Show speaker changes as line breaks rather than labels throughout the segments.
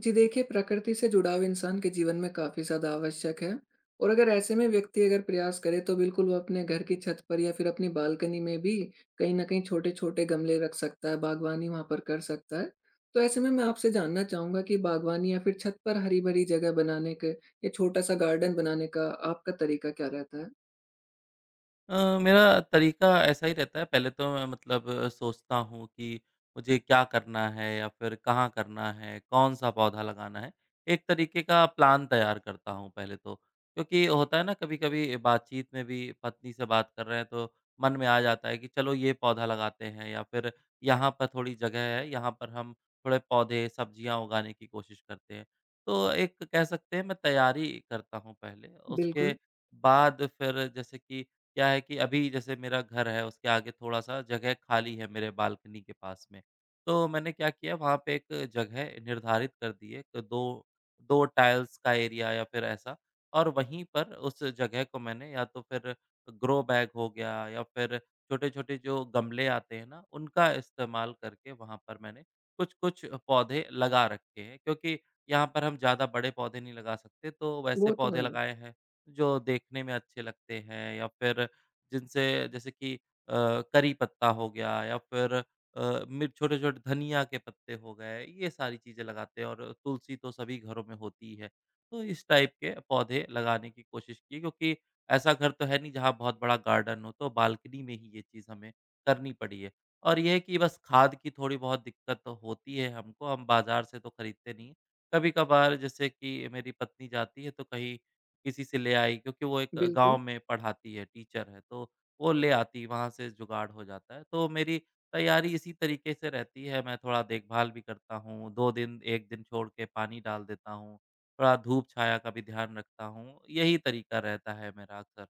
जी देखिए, प्रकृति से जुड़ाव इंसान के जीवन में काफ़ी ज़्यादा आवश्यक है और अगर ऐसे में व्यक्ति अगर प्रयास करे तो बिल्कुल वो अपने घर की छत पर या फिर अपनी बालकनी में भी कहीं न कहीं छोटे-छोटे गमले रख सकता है, बागवानी वहाँ पर कर सकता है। तो ऐसे में मैं आपसे जानना चाहूँगा कि बागवानी या फिर छत पर हरी-भरी जगह बनाने के या छोटा-सा गार्डन बनाने का आपका तरीका क्या रहता है?
मेरा तरीका ऐसा ही रहता है। पहले तो मैं मतलब सोचता हूँ कि मुझे क्या करना है या फिर कहाँ करना है, कौन-सा पौधा लगाना है। एक तरीके का प्लान तैयार करता हूँ पहले तो, क्योंकि होता है ना कभी-कभी बातचीत में भी पत्नी से बात कर रहे हैं तो मन में आ जाता है कि चलो ये पौधा लगाते हैं या फिर यहाँ पर थोड़ी जगह है, यहाँ पर हम थोड़े पौधे, सब्जियाँ उगाने की कोशिश करते हैं। तो एक कह सकते हैं मैं तैयारी करता हूँ पहले, उसके
बिल्कुल,
बाद फिर जैसे कि क्या है कि अभी जैसे मेरा घर है उसके आगे थोड़ा-सा जगह खाली है मेरे बालकनी के पास में। तो मैंने क्या किया वहाँ पे एक जगह निर्धारित कर दी है तो 2 टाइल्स का एरिया या फिर ऐसा। और वहीं पर उस जगह को मैंने या तो फिर ग्रो बैग हो गया या फिर छोटे-छोटे जो गमले आते हैं ना, उनका इस्तेमाल करके वहाँ पर मैंने कुछ-कुछ पौधे लगा रखे हैं। क्योंकि यहाँ पर हम ज़्यादा बड़े पौधे नहीं लगा सकते तो वैसे
वो तो
पौधे
है।
लगाए हैं। जो देखने में अच्छे लगते हैं या फिर जिनसे जैसे कि करी पत्ता हो गया या फिर मिर्च, छोटे-छोटे धनिया के पत्ते हो गए, ये सारी चीज़ें लगाते हैं और तुलसी तो सभी घरों में होती ही है। तो इस टाइप के पौधे लगाने की कोशिश की, क्योंकि ऐसा घर तो है नहीं जहाँ बहुत बड़ा गार्डन हो, तो बालकनी में ही ये चीज़ हमें करनी पड़ी है। और ये है कि बस खाद की थोड़ी बहुत दिक्कत तो होती है हमको, हम बाज़ार से तो खरीदते नहीं हैं। कभी-कभार जैसे कि मेरी पत्नी जाती है तो कहीं किसी से ले आई, क्योंकि वो एक
बिल्कुल।
गाँव में पढ़ाती है, टीचर है, तो वो ले आती, वहाँ से जुगाड़ हो जाता है। तो मेरी तैयारी इसी तरीके से रहती है। मैं थोड़ा देखभाल भी करता हूँ, 2 दिन 1 दिन छोड़ के पानी डाल देता हूँ, थोड़ा धूप-छाया का भी ध्यान रखता हूँ, यही तरीका रहता है मेरा अक्सर।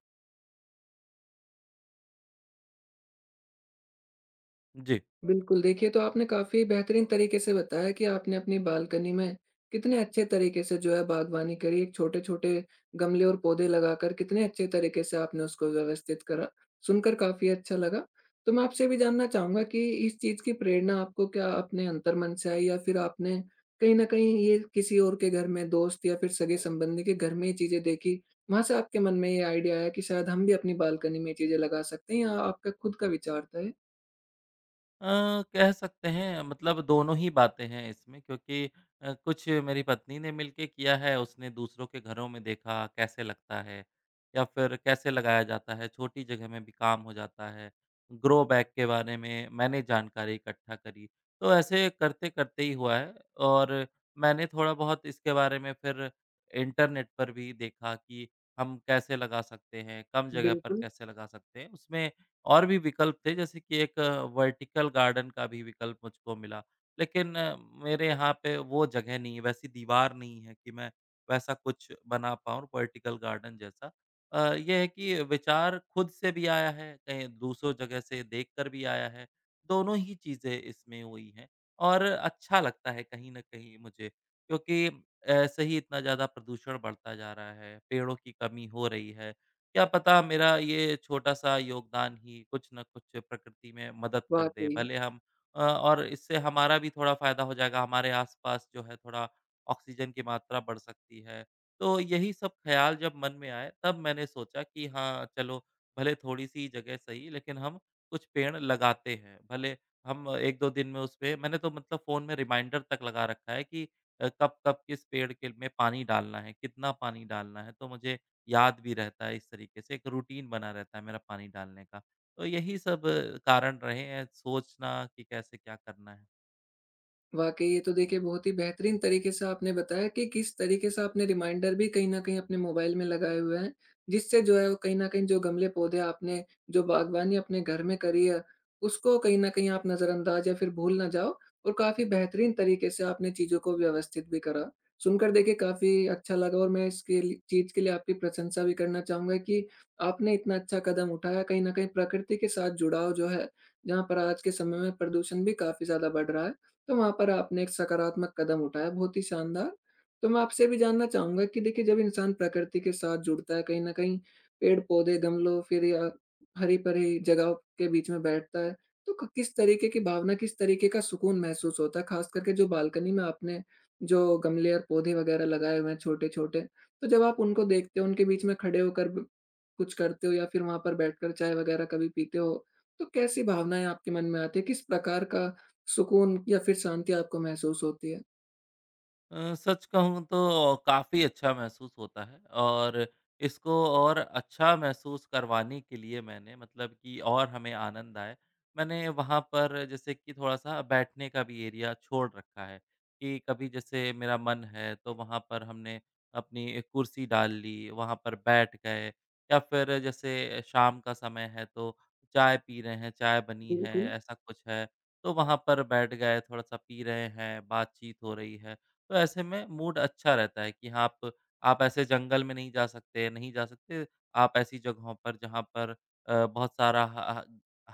जी।
बिल्कुल, देखिए तो आपने काफ़ी बेहतरीन तरीके से बताया कि आपने अपनी बालकनी में कितने अच्छे तरीके से जो है बागवानी करी, एक छोटे-छोटे गमले और पौधे लगाकर कितने अच्छे तरीके से आपने उसको व्यवस्थित करा। सुनकर काफ़ी अच्छा लगा। तो मैं आपसे ये भी जानना चाहूँगा कि इस चीज़ की प्रेरणा आपको क्या अपने अंतर्मन से आई या फिर आपने कहीं न कहीं ये किसी और के घर में दोस्त या फिर सगे-संबंधी के घर में ये चीज़ें देखी, वहाँ से आपके मन में ये आइडिया आया कि शायद हम भी अपनी बालकनी में ये चीज़ें लगा सकते हैं, या आपका खुद का विचार था ये?
अ, कह सकते हैं मतलब दोनों ही बातें हैं इसमें, क्योंकि कुछ मेरी पत्नी ने मिलके किया है, उसने दूसरों के घरों में देखा कैसे लगता है या फिर कैसे लगाया जाता है, छोटी जगह में भी काम हो जाता है। ग्रो बैग के बारे में मैंने जानकारी इकट्ठा करी, तो ऐसे करते-करते ही हुआ है। और मैंने थोड़ा बहुत इसके बारे में फिर इंटरनेट पर भी देखा कि हम कैसे लगा सकते हैं, कम जगह पर
बिल्कुल।
कैसे लगा सकते हैं। उसमें और भी विकल्प थे, जैसे कि एक वर्टिकल गार्डन का भी विकल्प मुझको मिला। लेकिन मेरे यहाँ पे वो जगह नहीं है, वैसी दीवार नहीं है कि मैं वैसा कुछ बना पाऊँ वर्टिकल गार्डन जैसा। ये है कि विचार खुद से भी आया है, कहीं दूसरों जगह से देख कर भी आया है, दोनों ही चीज़ें इसमें हुई हैं। और अच्छा लगता है कहीं न कहीं मुझे, क्योंकि ऐसे ही इतना ज़्यादा प्रदूषण बढ़ता जा रहा है, पेड़ों की कमी हो रही है। क्या पता मेरा ये छोटा-सा योगदान ही कुछ न कुछ प्रकृति में मदद कर दे।
वाक़ई।
और इससे हमारा भी थोड़ा फ़ायदा हो जाएगा, हमारे आस-पास जो है थोड़ा ऑक्सीजन की मात्रा बढ़ सकती है। तो यही सब ख़्याल जब मन में आए तब मैंने सोचा कि हाँ, चलो, भले थोड़ी-सी जगह सही लेकिन हम कुछ पेड़ लगाते हैं। भले हम 1-2 दिन में उसपे, मैंने तो मतलब फ़ोन में रिमाइंडर तक लगा रखा है कि कब-कब किस पेड़ के में पानी डालना है, कितना पानी डालना है। तो मुझे याद भी रहता है इस तरीके से, एक रूटीन बना रहता है मेरा पानी डालने का। तो यही सब कारण रहे हैं सोचना कि कैसे क्या करना है।
वाकई ये तो देखिए बहुत ही बेहतरीन तरीके से आपने बताया कि किस तरीके से आपने रिमाइंडर भी कहीं न कहीं अपने मोबाइल में लगाए हुए हैं, जिससे जो है वो कहीं न कहीं जो गमले-पौधे आपने, जो बागवानी अपने घर में करी है, उसको कहीं न कहीं आप नज़रअंदाज या फिर भूल ना जाओ, और काफ़ी बेहतरीन तरीके से आपने चीज़ों को व्यवस्थित भी करा। सुनकर देखिए काफ़ी अच्छा लगा और मैं इसके लि चीज़ के लिए आपकी प्रशंसा भी करना चाहूँगा कि आपने इतना अच्छा कदम उठाया, कहीं न कहीं प्रकृति के साथ जुड़ाव जो है, जहाँ पर आज के समय में प्रदूषण भी काफ़ी ज़्यादा बढ़ रहा है। तो वहाँ पर आपने एक सकारात्मक कदम उठाया, बहुत ही शानदार। तो मैं आपसे ये भी जानना चाहूँगा कि देखिए जब इंसान प्रकृति के साथ जुड़ता है, कहीं न कहीं पेड़-पौधे, गमलों फिर या हरी-भरी जगहों के बीच में बैठता है, तो क किस तरीके की भावना, किस तरीके का सुकून महसूस होता है? ख़ास करके जो बालकनी में आपने, जो गमले और पौधे वग़ैरह लगाए हुए हैं छोटे-छोटे, तो जब आप उनको देखते हो, उनके बीच में खड़े होकर ब कुछ करते हो या फिर वहाँ पर बैठकर चाय वग़ैरह कभी पीते हो, तो कैसी भावनाएँ आपके मन में आती हैं? किस प्रकार का सुकून या फिर शांति आपको महसूस होती है।
सच कहूँ तो काफ़ी अच्छा महसूस होता है। और इसको और अच्छा महसूस करवाने के लिए मैंने मतलब कि और हमें आनंद आए, मैंने वहाँ पर जैसे कि थोड़ा-सा बैठने का भी एरिया छोड़ रखा है कि कभी जैसे मेरा मन है, तो वहाँ पर हमने अपनी एक कुर्सी डाल ली, वहाँ पर बैठ गए या फिर जैसे शाम का समय है, तो चाय पी रहे हैं, चाय बनी है,
बिल्कुल,
ऐसा कुछ है, तो वहाँ पर बैठ गए, थोड़ा-सा पी रहे हैं, बातचीत हो रही है। तो ऐसे में मूड अच्छा रहता है कि हाँ, आप ऐसे जंगल में नहीं जा सकते, आप ऐसी जगहों पर जहाँ पर बहुत सारा ह ह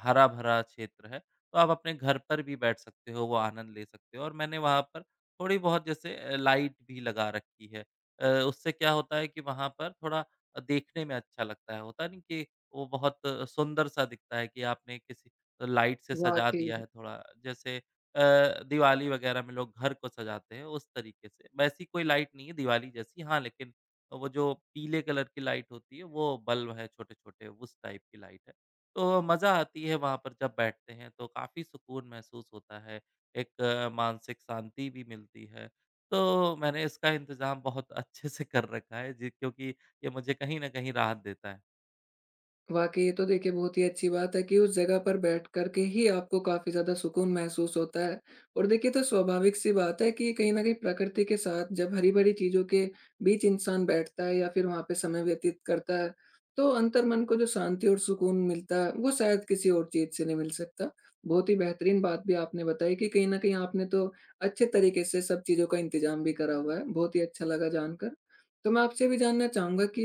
हरा-भरा क्षेत्र है, तो आप अपने घर पर भी बैठ सकते हो, वो आनंद ले सकते हो। और मैंने वहाँ पर थोड़ी बहुत जैसे लाइट भी लगा रखी है। उससे क्या होता है कि वहाँ पर थोड़ा देखने में अच्छा लगता है, होता नहीं कि वो बहुत सुंदर-सा दिखता है कि आपने किसी लाइट से सजा
वाक़ई।
दिया है थोड़ा, जैसे दिवाली वगैरह में लोग घर को सजाते हैं उस तरीके से। वैसी कोई लाइट नहीं है दिवाली जैसी, हाँ लेकिन वो जो पीले कलर की लाइट होती है, वो बल्ब है छोटे-छोटे उस टाइप की लाइट है। तो मज़ा आती है वहाँ पर जब बैठते हैं तो काफ़ी सुकून महसूस होता है, एक मानसिक शांति भी मिलती है। तो मैंने इसका इंतज़ाम बहुत अच्छे से कर रखा है जी, क्योंकि ये मुझे कहीं न कहीं राहत देता है।
वाक़ई ये तो देखिए बहुत ही अच्छी बात है कि उस जगह पर बैठ कर के ही आपको काफ़ी ज़्यादा सुकून महसूस होता है। और देखिए तो स्वाभाविक-सी बात है कि कहीं न कहीं प्रकृति के साथ जब हरी-भरी चीज़ों के बीच इंसान बैठता है या फिर वहाँ पे समय व्यतीत करता है, तो अंतर्मन को जो शांति और सुकून मिलता है, वो शायद किसी और चीज़ से नहीं मिल सकता। बहुत ही बेहतरीन बात भी आपने बताई कि कहीं न कहीं आपने तो अच्छे तरीके से सब चीज़ों का इंतज़ाम भी करा हुआ है। बहुत ही अच्छा लगा जानकर। तो मैं आपसे भी जानना चाहूँगा कि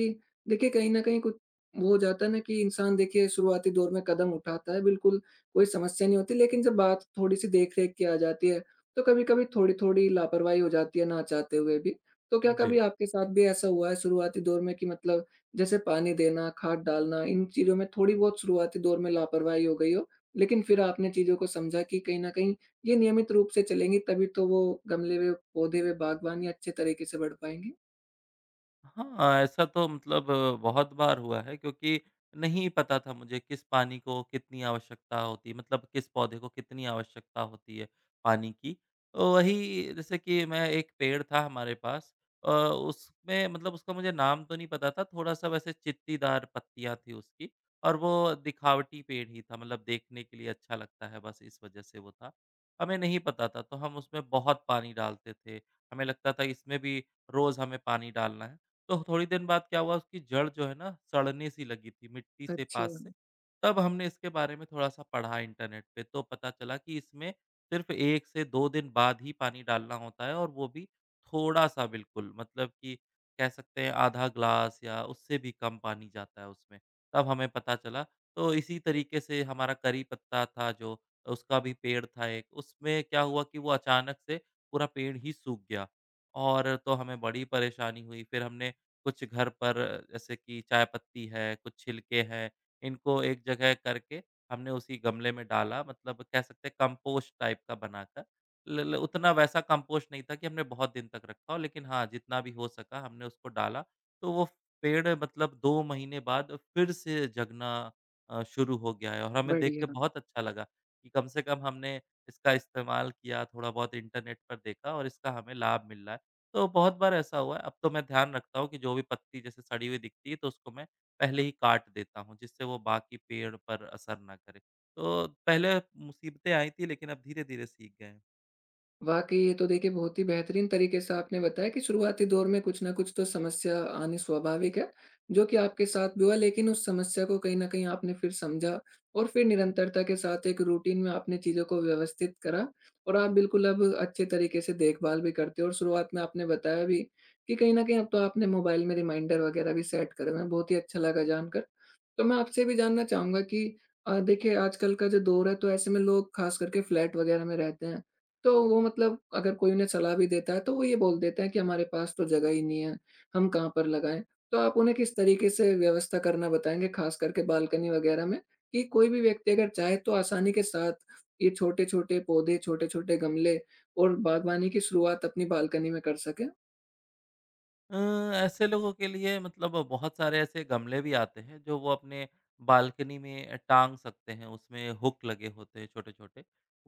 देखिए कहीं न कहीं कुछ वो हो जाता है ना, कि इंसान देखिए शुरुआती दौर में कदम उठाता है, बिल्कुल कोई समस्या नहीं होती, लेकिन जब बात थोड़ी-सी देख-रेख की आ जाती है, तो कभी-कभी थोड़ी-थोड़ी लापरवाही हो जाती है ना चाहते हुए भी। तो क्या कभी
जी।
आपके साथ भी ऐसा हुआ है शुरुआती दौर में कि, मतलब, जैसे पानी देना, खाद डालना, इन चीज़ों में थोड़ी बहुत शुरुआती दौर में लापरवाही हो गई हो, लेकिन फिर आपने चीज़ों को समझा कि कहीं न कहीं ये नियमित रूप से चलेंगी तभी तो वो गमले व पौधे व बागवानी अच्छे तरीके से बढ़ पाएँगी?
हाँ, ऐसा तो मतलब बहुत बार हुआ है, क्योंकि नहीं पता था मुझे किस पानी को कितनी आवश्यकता होती है, मतलब किस पौधे को कितनी आवश्यकता होती है पानी की। तो वही जैसे कि मैं, एक पेड़ था हमारे पास, उसमें मतलब उसका मुझे नाम तो नहीं पता था, थोड़ा-सा वैसे चित्तीदार पत्तियाँ थी उसकी और वो दिखावटी पेड़ ही था, मतलब देखने के लिए अच्छा लगता है बस इस वजह से वो था। हमें नहीं पता था तो हम उसमें बहुत पानी डालते थे, हमें लगता था इसमें भी रोज़ हमें पानी डालना है। तो थोड़ी देर बाद क्या हुआ, उसकी जड़ जो है ना सड़ने सी लगी थी मिट्टी से
अच्छा,
पास से। तब हमने इसके बारे में थोड़ा-सा पढ़ा इंटरनेट पे तो पता चला कि इसमें सिर्फ़ 1 से 2 दिन बाद ही पानी डालना होता है और वो भी थोड़ा-सा, बिल्कुल मतलब कि कह सकते हैं आधा ग्लास या उससे भी कम पानी जाता है उसमें। तब हमें पता चला। तो इसी तरीके से हमारा करी पत्ता था, जो उसका भी पेड़ था एक, उसमें क्या हुआ कि वो अचानक से पूरा पेड़ ही सूख गया और तो हमें बड़ी परेशानी हुई। फ़िर हमने कुछ घर पर जैसे कि चाय पत्ती है, कुछ छिलके हैं, इनको एक जगह करके हमने उसी गमले में डाला, मतलब कह सकते हैं कंपोस्ट टाइप का बनाकर। ल ल उतना वैसा कंपोस्ट नहीं था कि हमने बहुत दिन तक रखा हो, लेकिन हाँ, जितना भी हो सका हमने उसको डाला, तो वो पेड़ मतलब 2 महीने बाद फिर से जगना शुरू हो गया है। और हमें देख के
बढ़िया।
बहुत अच्छा लगा कि कम से कम हमने इसका इस्तेमाल किया, थोड़ा बहुत इंटरनेट पर देखा और इसका हमें लाभ मिल रहा है। तो बहुत बार ऐसा हुआ है, अब तो मैं ध्यान रखता हूँ कि जो भी पत्ती जैसे सड़ी हुई दिखती है तो उसको मैं पहले ही काट देता हूँ, जिससे वो बाकी पेड़ पर असर ना करे। तो पहले मुसीबतें आई थी लेकिन अब धीरे-धीरे सीख गए हैं।
वाक़ई ये तो देखिए बहुत ही बेहतरीन तरीके से आपने बताया कि शुरुआती दौर में कुछ न कुछ तो समस्या आनी स्वाभाविक है, जो कि आपके साथ भी हुआ, लेकिन उस समस्या को कहीं न कहीं आपने फिर समझा और फिर निरंतरता के साथ एक रूटीन में आपने चीज़ों को व्यवस्थित करा, और आप बिल्कुल अब अच्छे तरीके से देखभाल भी करते हो, और शुरुआत में आपने बताया भी कि कहीं न कहीं अब तो आपने मोबाइल में रिमाइंडर वग़ैरह भी सेट करे हुए हैं। बहुत ही अच्छा लगा जानकर। तो मैं आपसे ये भी जानना चाहूँगा कि, देखिए आजकल का जो दौर है तो ऐसे में लोग ख़ास करके फ्लैट वग़ैरह में रहते हैं। तो वो, मतलब, अगर कोई उन्हें सलाह भी देता है तो वो ये बोल देते हैं कि हमारे पास तो जगह ही नहीं है, हम कहाँ पर लगाएँ? तो आप उन्हें किस तरीके से व्यवस्था करना बताएँगे, ख़ास करके बालकनी वग़ैरह में, कि कोई भी व्यक्ति अगर चाहे तो आसानी के साथ ये छोटे-छोटे पौधे, छोटे-छोटे गमले और बागवानी की शुरुआत अपनी बालकनी में कर सके?
अ, ऐसे लोगों के लिए मतलब बहुत सारे ऐसे गमले भी आते हैं जो वो अपने बालकनी में टांग सकते हैं, उसमें हुक लगे होते हैं छोटे-छोटे।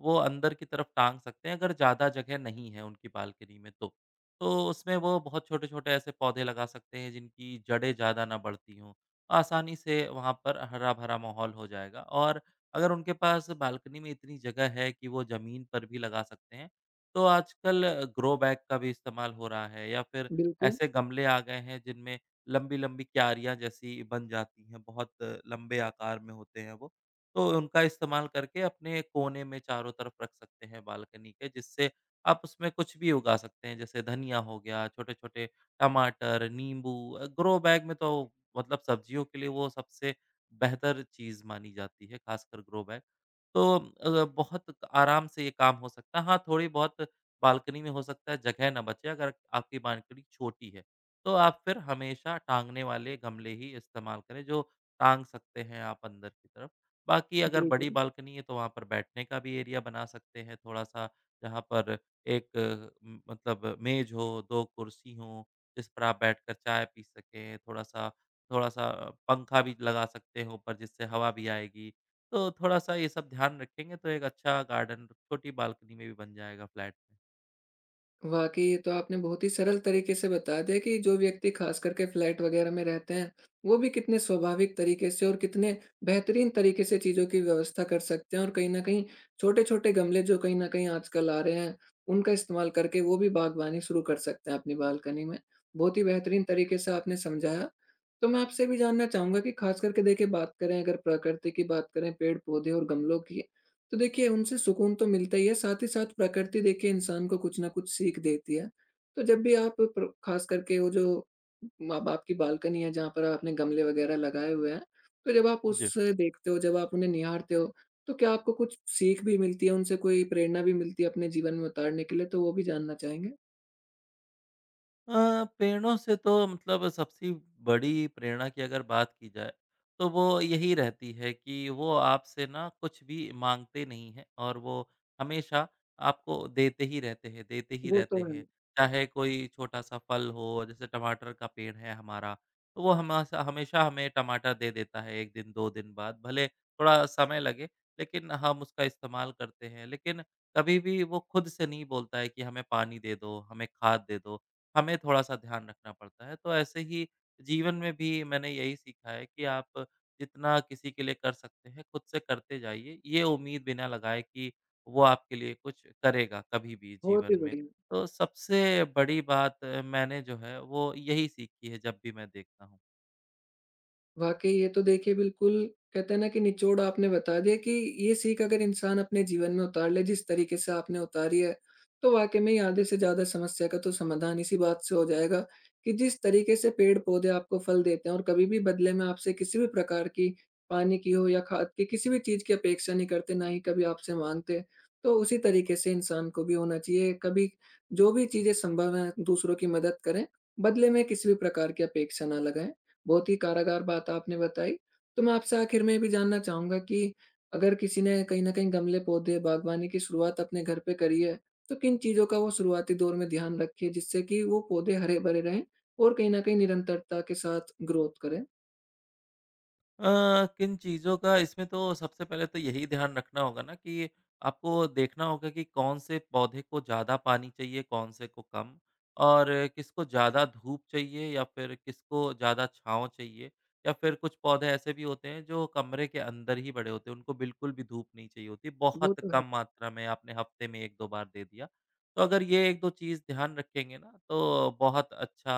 वो अंदर की तरफ टांग सकते हैं अगर ज़्यादा जगह नहीं है उनकी बालकनी में तो। तो उसमें वो बहुत छोटे-छोटे ऐसे पौधे लगा सकते हैं जिनकी जड़ें ज़्यादा ना बढ़ती हों। आसानी से वहाँ पर हरा-भरा माहौल हो जाएगा। और अगर उनके पास बालकनी में इतनी जगह है कि वो ज़मीन पर भी लगा सकते हैं, तो आजकल ग्रो बैग का भी इस्तेमाल हो रहा है या फिर
बिल्कुल,
ऐसे गमले आ गए हैं जिनमें लंबी-लंबी क्यारियाँ जैसी बन जाती हैं, बहुत लंबे आकार में होते हैं वो। तो उनका इस्तेमाल करके अपने कोने में चारों तरफ रख सकते हैं बालकनी के, जिससे आप उसमें कुछ भी उगा सकते हैं, जैसे धनिया हो गया, छोटे-छोटे टमाटर, नींबू। ग्रो बैग में तो मतलब सब्जियों के लिए वो सबसे बेहतर चीज़ मानी जाती है, खासकर ग्रो बैग। तो बहुत आराम से ये काम हो सकता है। हाँ, थोड़ी बहुत बालकनी में हो सकता है जगह ना बचे अगर आपकी बालकनी छोटी है, तो आप फिर हमेशा टाँगने वाले गमले ही इस्तेमाल करें, जो टाँग सकते हैं आप अंदर की तरफ। बाकी अगर बड़ी
बिल्कुल।
बालकनी है तो वहाँ पर बैठने का भी एरिया बना सकते हैं थोड़ा-सा, जहाँ पर एक अ, म मतलब मेज़ हो, 2 कुर्सी हों, जिस पर आप बैठकर चाय पी सकें, थोड़ा-सा थोड़ा-सा पंखा भी लगा सकते हैं ऊपर, जिससे हवा भी आएगी। तो थोड़ा-सा ये सब ध्यान रखेंगे तो एक अच्छा गार्डन छोटी बालकनी में भी बन जाएगा फ्लैट में।
वाक़ई ये तो आपने बहुत ही सरल तरीके से बता दिया कि जो व्यक्ति ख़ास करके फ्लैट वग़ैरह में रहते हैं, वो भी कितने स्वाभाविक तरीके से और कितने बेहतरीन तरीके से चीज़ों की व्यवस्था कर सकते हैं, और कहीं न कहीं छोटे-छोटे गमले जो कहीं न कहीं आजकल आ रहे हैं, उनका इस्तेमाल करके वो भी बागवानी शुरू कर सकते हैं अपनी बालकनी में। बहुत ही बेहतरीन तरीके से आपने समझाया। तो मैं आपसे भी जानना चाहूँगा कि ख़ास करके देखिए, बात करें अगर प्रकृति की, बात करें पेड़-पौधे और गमलों की, तो देखिए उनसे सुकून तो मिलता ही है, साथ ही साथ प्रकृति देखिए इंसान को कुछ ना कुछ सीख देती है। तो जब भी आप प्र ख़ास करके वो जो अब आपकी बालकनी है जहाँ पर आपने गमले वग़ैरह लगाए हुए हैं, तो जब आप
जी।
उससे देखते हो, जब आप उन्हें निहारते हो, तो क्या आपको कुछ सीख भी मिलती है, उनसे कोई प्रेरणा भी मिलती है अपने जीवन में उतारने के लिए? तो वो भी जानना चाहेंगे।
अ, प्रेरणा से तो मतलब सबसे बड़ी प्रेरणा की अगर बात की जाए, तो वो यही रहती है कि वो आपसे ना कुछ भी माँगते नहीं हैं और वो हमेशा आपको देते ही रहते हैं, देते ही
वो
रहते
तो है,
हैं। चाहे कोई छोटा-सा फल हो, जैसे टमाटर का पेड़ है हमारा, तो वो हमाशा हमेशा हमें टमाटर दे देता है 1 दिन, 2 दिन बाद। भले थोड़ा समय लगे, लेकिन हम उसका इस्तेमाल करते हैं। लेकिन कभी भी वो खुद से नहीं बोलता है कि हमें पानी दे दो, हमें खाद दे दो। हमें थोड़ा-सा ध्यान रखना पड़ता है। तो ऐसे ही जीवन में भी मैंने यही सीखा है कि आप जितना किसी के लिए कर सकते हैं, खुद से करते जाइए। ये उम्मीद बिना लगाए कि वो आपके लिए कुछ करेगा कभी भी
बहुत
जीवन
ही
में।
बढ़िया।
तो सबसे बड़ी बात मैंने जो है वो यही सीखी है जब भी मैं देखता हूँ।
वाक़ई ये तो देखिए बिल्कुल कहते हैं ना, कि निचोड़ आपने बता दिया कि ये सीख अगर इंसान अपने जीवन में उतार ले, जिस तरीके से आपने उतारी है, तो वाक़ई में ही आधे से ज़्यादा समस्या का तो समाधान इसी बात से हो जाएगा कि जिस तरीके से पेड़-पौधे आपको फल देते हैं और कभी भी बदले में आपसे किसी भी प्रकार की, पानी की हो या खाद की, किसी भी चीज़ की अपेक्षा नहीं करते, ना ही कभी आपसे माँगते। तो उसी तरीके से इंसान को भी होना चाहिए, कभी जो भी चीज़ें संभव हैं दूसरों की मदद करें, बदले में किसी भी प्रकार की अपेक्षा ना लगाएँ। बहुत ही कारागार बात आपने बताई। तो मैं आपसे आखिर में ये भी जानना चाहूँगा कि अगर किसी ने कहीं न कहीं गमले, पौधे, बागवानी की शुरुआत अपने घर पे करी है, तो किन चीज़ों का वो शुरुआती दौर में ध्यान रखे जिससे कि वो पौधे हरे-भरे रहें और कहीं न कहीं निरंतरता के साथ ग्रोथ करें?
किन चीज़ों का इसमें तो सबसे पहले तो यही ध्यान रखना होगा ना कि आपको देखना होगा कि कौन से पौधे को ज़्यादा पानी चाहिए, कौन से को कम, और किसको ज़्यादा धूप चाहिए या फिर किसको ज़्यादा छाँव चाहिए, या फिर कुछ पौधे ऐसे भी होते हैं जो कमरे के अंदर ही बड़े होते हैं, उनको बिल्कुल भी धूप नहीं चाहिए होती,
वो
बहुत
तो है।
कम मात्रा में आपने हफ्ते में 1-2 बार दे दिया। तो अगर ये 1-2 चीज़ ध्यान रखेंगे ना, तो बहुत अच्छा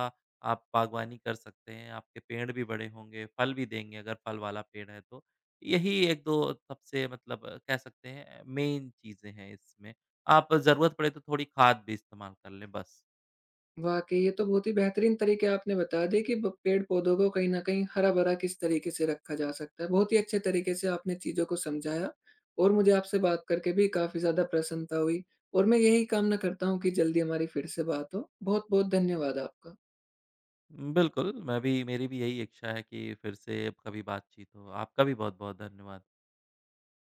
आप बागवानी कर सकते हैं, आपके पेड़ भी बड़े होंगे, फल भी देंगे अगर फल वाला पेड़ है तो। यही 1-2 सबसे मतलब कह सकते हैं मेन चीज़ें हैं इसमें। आप ज़रूरत पड़े तो थोड़ी खाद भी इस्तेमाल कर लें बस।
वाक़ई, ये तो बहुत ही बेहतरीन तरीके आपने बता दिए कि ब पेड़-पौधों को कहीं न कहीं हरा-भरा किस तरीके से रखा जा सकता है। बहुत ही अच्छे तरीके से आपने चीज़ों को समझाया और मुझे आपसे बात करके भी काफ़ी ज़्यादा प्रसन्नता हुई, और मैं यही कामना करता हूँ कि जल्दी हमारी फिर से बात हो। बहुत-बहुत धन्यवाद आपका।
बिल्कुल, मैं भी, मेरी भी यही इच्छा है कि फिर से कभी बातचीत हो। आपका भी बहुत-बहुत धन्यवाद।